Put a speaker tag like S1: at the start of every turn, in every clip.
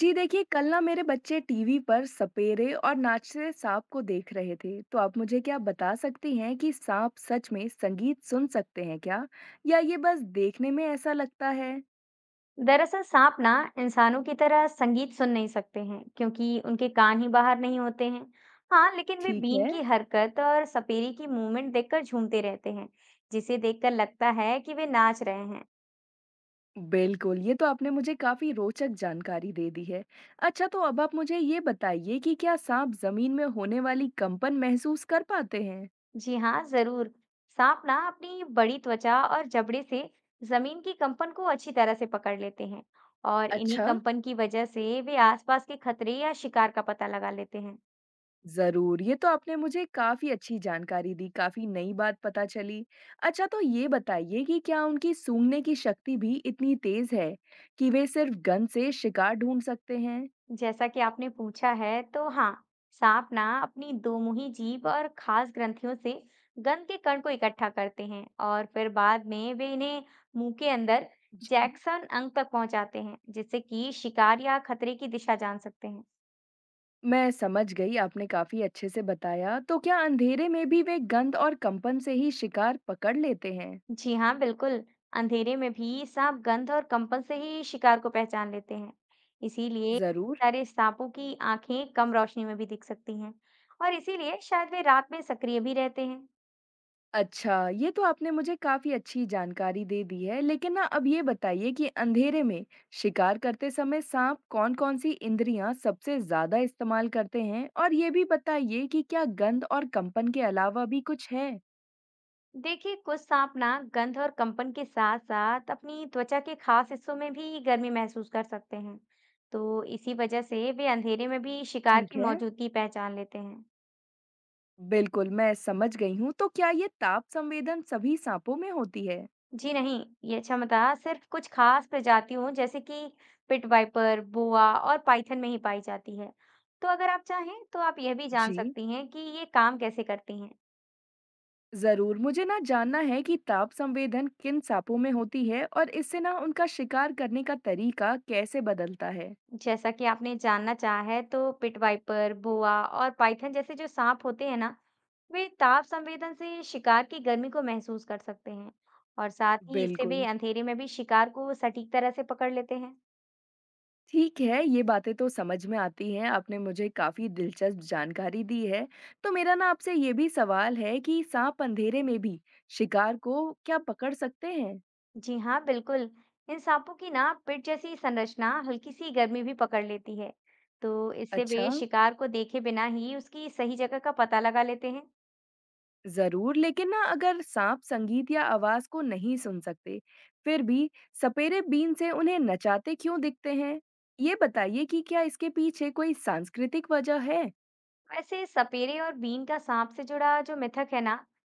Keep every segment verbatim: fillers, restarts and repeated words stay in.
S1: जी देखिए, कल ना मेरे बच्चे टीवी पर सपेरे और नाचते सांप को देख रहे थे। तो आप मुझे क्या बता सकती हैं कि सांप सच में संगीत सुन सकते हैं क्या? या ये बस देखने में ऐसा लगता है?
S2: दरअसल सांप ना इंसानों की तरह संगीत सुन नहीं सकते हैं क्योंकि उनके कान ही बाहर नहीं होते हैं। हाँ लेकिन वे
S1: ठीक
S2: बीन
S1: है,
S2: की हरकत और सपेरे की मूवमेंट देखकर झूमते रहते हैं, जिसे देखकर लगता है कि वे नाच रहे हैं।
S1: बिल्कुल। ये तो आपने मुझे काफी रोचक जानकारी दे दी है। अच्छा, तो अब आप मुझे ये बताइए कि क्या सांप जमीन में होने वाली कंपन महसूस कर पाते हैं?
S2: जी हाँ जरूर। सांप ना अपनी बड़ी त्वचा और जबड़े से जमीन की कंपन को अच्छी तरह से पकड़ लेते हैं, और इन्हीं
S1: अच्छा।
S2: कंपन की वजह से वे आसपास के खतरे या शिकार का पता लगा लेते हैं।
S1: ज़रूर, ये तो आपने मुझे काफ़ी अच्छी जानकारी दी, काफ़ी नई बात पता चली। अच्छा तो ये बताइए कि क्या उनकी सूँघने की शक्ति भी इतनी तेज़ है कि वे सिर्फ़ गंध से शिकार ढूँढ सकते हैं?
S2: जैसा कि आपने पूछा है तो हाँ, सांप ना अपनी दो मुही जीभ और खास ग्रंथियों से गंध के कण को इकट्ठा करते हैं, और फिर बाद में वे इन्हें मुंह के अंदर
S1: जी।
S2: जैक्सन अंग तक पहुंचाते हैं, जिससे कि शिकार या खतरे की दिशा जान सकते हैं।
S1: मैं समझ गई, आपने काफ़ी अच्छे से बताया। तो क्या अंधेरे में भी वे गंध और कंपन से ही शिकार पकड़ लेते हैं?
S2: जी हाँ बिल्कुल। अंधेरे में भी सांप गंध और कंपन से ही शिकार को पहचान लेते हैं। इसीलिए कई
S1: ज़रूर।
S2: सारे सांपों की आंखें कम रोशनी में भी दिख सकती हैं, और इसीलिए शायद वे रात में सक्रिय भी रहते हैं।
S1: अच्छा, ये तो आपने मुझे काफ़ी अच्छी जानकारी दे दी है, लेकिन ना अब ये बताइए कि अंधेरे में शिकार करते समय साँप कौन-कौन सी इंद्रियाँ सबसे ज़्यादा इस्तेमाल करते हैं? और ये भी बताइए कि क्या गंध और कंपन के अलावा भी कुछ है?
S2: देखिए, कुछ सांप ना गंध और कंपन के साथ साथ अपनी त्वचा के खास हिस्सों में भी गर्मी महसूस कर सकते हैं। तो इसी वजह से वे अंधेरे में भी शिकार
S1: ठीक
S2: की
S1: है।
S2: मौजूदगी पहचान लेते हैं।
S1: बिल्कुल, मैं समझ गई हूँ, तो क्या ये ताप संवेदन सभी साँपों में होती है?
S2: जी नहीं। ये क्षमता सिर्फ कुछ खास प्रजातियों जैसे कि पिट वाइपर, बोआ और पाइथन में ही पाई जाती है। तो अगर आप चाहें तो आप यह भी जान
S1: जी।
S2: सकती हैं कि ये काम कैसे करती हैं।
S1: ज़रूर, मुझे ना जानना है कि ताप संवेदन किन साँपों में होती है और इससे ना उनका शिकार करने का तरीका कैसे बदलता है?
S2: जैसा कि आपने जानना चाहा है, तो पिट वाइपर, बोआ और पाइथन जैसे जो सांप होते हैं ना, वे ताप संवेदन से शिकार की गर्मी को महसूस कर सकते हैं। और साथ ही इससे वे
S1: बिल्कुल।
S2: अंधेरे में भी शिकार को सटीक तरह से पकड़ लेते हैं।
S1: ठीक है, ये बातें तो समझ में आती हैं, आपने मुझे काफ़ी दिलचस्प जानकारी दी है। तो मेरा ना आपसे ये भी सवाल है कि साँप अंधेरे में भी शिकार को क्या पकड़ सकते हैं?
S2: जी हाँ बिल्कुल। इन सांपों की ना पिट जैसी संरचना हल्की सी गर्मी भी पकड़ लेती है। तो इससे
S1: अच्छा,
S2: वे शिकार को देखे बिना ही उसकी सही जगह का पता लगा लेते हैं।
S1: ज़रूर, लेकिन ना अगर साँप संगीत या आवाज़ को नहीं सुन सकते, फिर भी सपेरे बीन से उन्हें नचाते क्यों दिखते हैं? ये बताइए कि क्या इसके पीछे कोई सांस्कृतिक वजह है?
S2: वैसे सपेरे और बीन का सांप से जुड़ा जो मिथक है ना,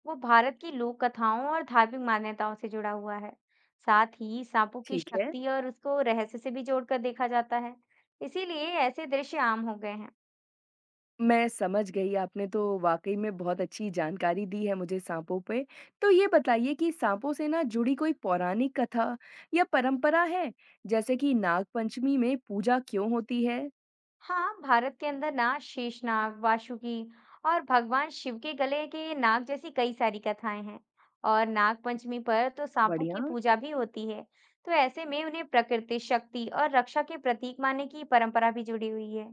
S2: वो भारत की लोक कथाओं और धार्मिक मान्यताओं से जुड़ा हुआ है। साथ ही सांपों की
S1: ठीक है।
S2: शक्ति और उसको रहस्य से भी जोड़कर देखा जाता है। इसीलिए ऐसे दृश्य आम हो गए हैं।
S1: मैं समझ गई, आपने तो वाक़ई में बहुत अच्छी जानकारी दी है मुझे साँपों पे। तो ये बताइए कि साँपों से ना जुड़ी कोई पौराणिक कथा या परंपरा है? जैसे कि नागपंचमी में पूजा क्यों होती है?
S2: हाँ, भारत के अंदर ना शेषनाग, वासुकी और भगवान शिव के गले के नाग जैसी कई सारी कथाएं हैं। और नाग पंचमी पर तो सांपों की
S1: बढ़िया।
S2: पूजा भी होती है। तो ऐसे में उन्हें प्रकृति, शक्ति और रक्षा के प्रतीक मानने की परंपरा भी जुड़ी हुई है।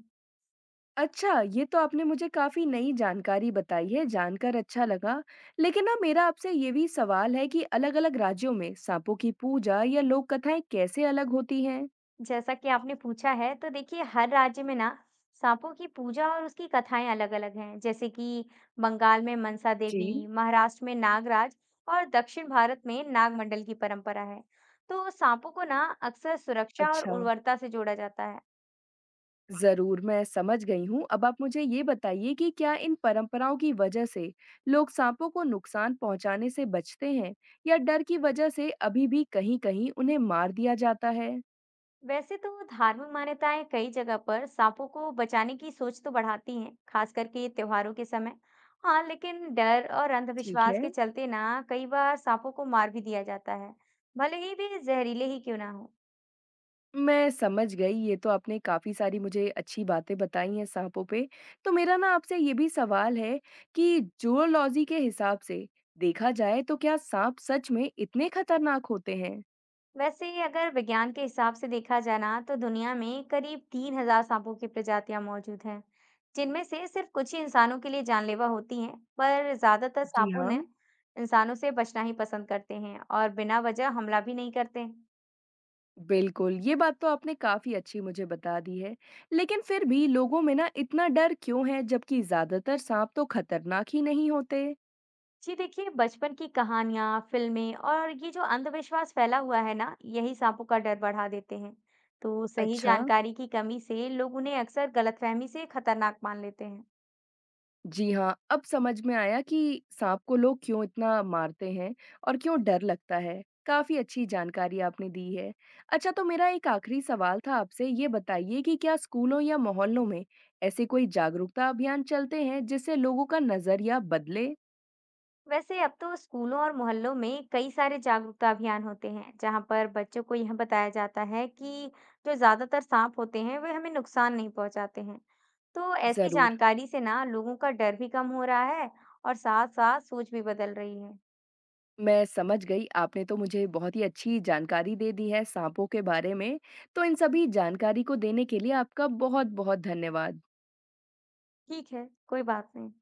S1: अच्छा, ये तो आपने मुझे काफ़ी नई जानकारी बताई है, जानकर अच्छा लगा। लेकिन ना मेरा आपसे ये भी सवाल है कि अलग-अलग राज्यों में साँपों की पूजा या लोक कथाएँ कैसे अलग होती हैं?
S2: जैसा कि आपने पूछा है, तो देखिए, हर राज्य में ना सांपों की पूजा और उसकी कथाएं अलग-अलग हैं। जैसे कि बंगाल में मनसा
S1: जी,
S2: देवी, महाराष्ट्र में नागराज और दक्षिण भारत में नागमंडल की परंपरा है। तो सांपों को ना अक्सर सुरक्षा और
S1: अच्छा।
S2: उर्वरता से जोड़ा जाता है।
S1: ज़रूर, मैं समझ गई हूँ। अब आप मुझे ये बताइए कि क्या इन परंपराओं की वजह से लोग सांपों को नुकसान पहुँचाने से बचते हैं या डर की वजह से अभी भी कहीं-कहीं उन्हें मार दिया जाता है?
S2: वैसे तो धार्मिक मान्यताएं कई जगह पर सांपों को बचाने की सोच तो बढ़ाती हैं, खास करके त्योहारों के समय। हाँ, लेकिन डर और
S1: ठीक
S2: अंधविश्वास
S1: है
S2: के चलते ना कई बार सांपों को मार भी दिया जाता है, भले ही वे जहरीले ही क्यों ना हो।
S1: मैं समझ गई। ये तो आपने काफ़ी सारी मुझे अच्छी बातें बताई हैं सांपों पे। तो मेरा ना आपसे ये भी सवाल है कि ज़ूलॉजी के हिसाब से देखा जाए तो क्या सांप सच में इतने खतरनाक होते हैं?
S2: वैसे अगर विज्ञान के हिसाब से देखा जाए ना, तो दुनिया में करीब तीन हजार सांपों की प्रजातियां मौजूद हैं, जिनमें से सिर्फ कुछ ही इंसानों के लिए जानलेवा होती हैं, पर ज्यादातर
S1: जी
S2: सांपों
S1: हाँ
S2: ने इंसानों से बचना ही पसंद करते हैं और बिना वजह हमला भी नहीं करते।
S1: बिल्कुल, ये बात तो आपने काफ़ी अच्छी मुझे बता दी है। लेकिन फिर भी लोगों में ना इतना डर क्यों है जबकि ज़्यादातर साँप तो खतरनाक ही नहीं होते?
S2: जी देखिए, बचपन की कहानियाँ, फ़िल्में और ये जो अंधविश्वास फैला हुआ है ना, यही सांपों का डर बढ़ा देते हैं। तो सही
S1: अच्छा,
S2: जानकारी की कमी से लोग उन्हें अक्सर गलतफ़हमी से खतरनाक मान लेते हैं।
S1: जी हाँ, अब समझ में आया कि साँप को लोग क्यों इतना मारते हैं और क्यों डर लगता है। काफ़ी अच्छी जानकारी आपने दी है। अच्छा तो मेरा एक आखिरी सवाल था आपसे, ये बताइए कि क्या स्कूलों या मोहल्लों में ऐसे कोई जागरूकता अभियान चलते हैं जिससे लोगों का नज़रिया बदले?
S2: वैसे अब तो स्कूलों और मोहल्लों में कई सारे जागरूकता अभियान होते हैं, जहाँ पर बच्चों को यह बताया जाता है कि जो ज़्यादातर सांप होते हैं, वे हमें नुकसान नहीं पहुँचाते हैं। तो ऐसी
S1: ज़रूर।
S2: जानकारी से ना लोगों का डर भी कम हो रहा है और साथ-साथ सोच भी बदल रही है।
S1: मैं समझ गई, आपने तो मुझे बहुत ही अच्छी जानकारी दे दी है सांपों के बारे में। तो इन सभी जानकारी को देने के लिए आपका बहुत-बहुत धन्यवाद।
S2: ठीक है, कोई बात नहीं।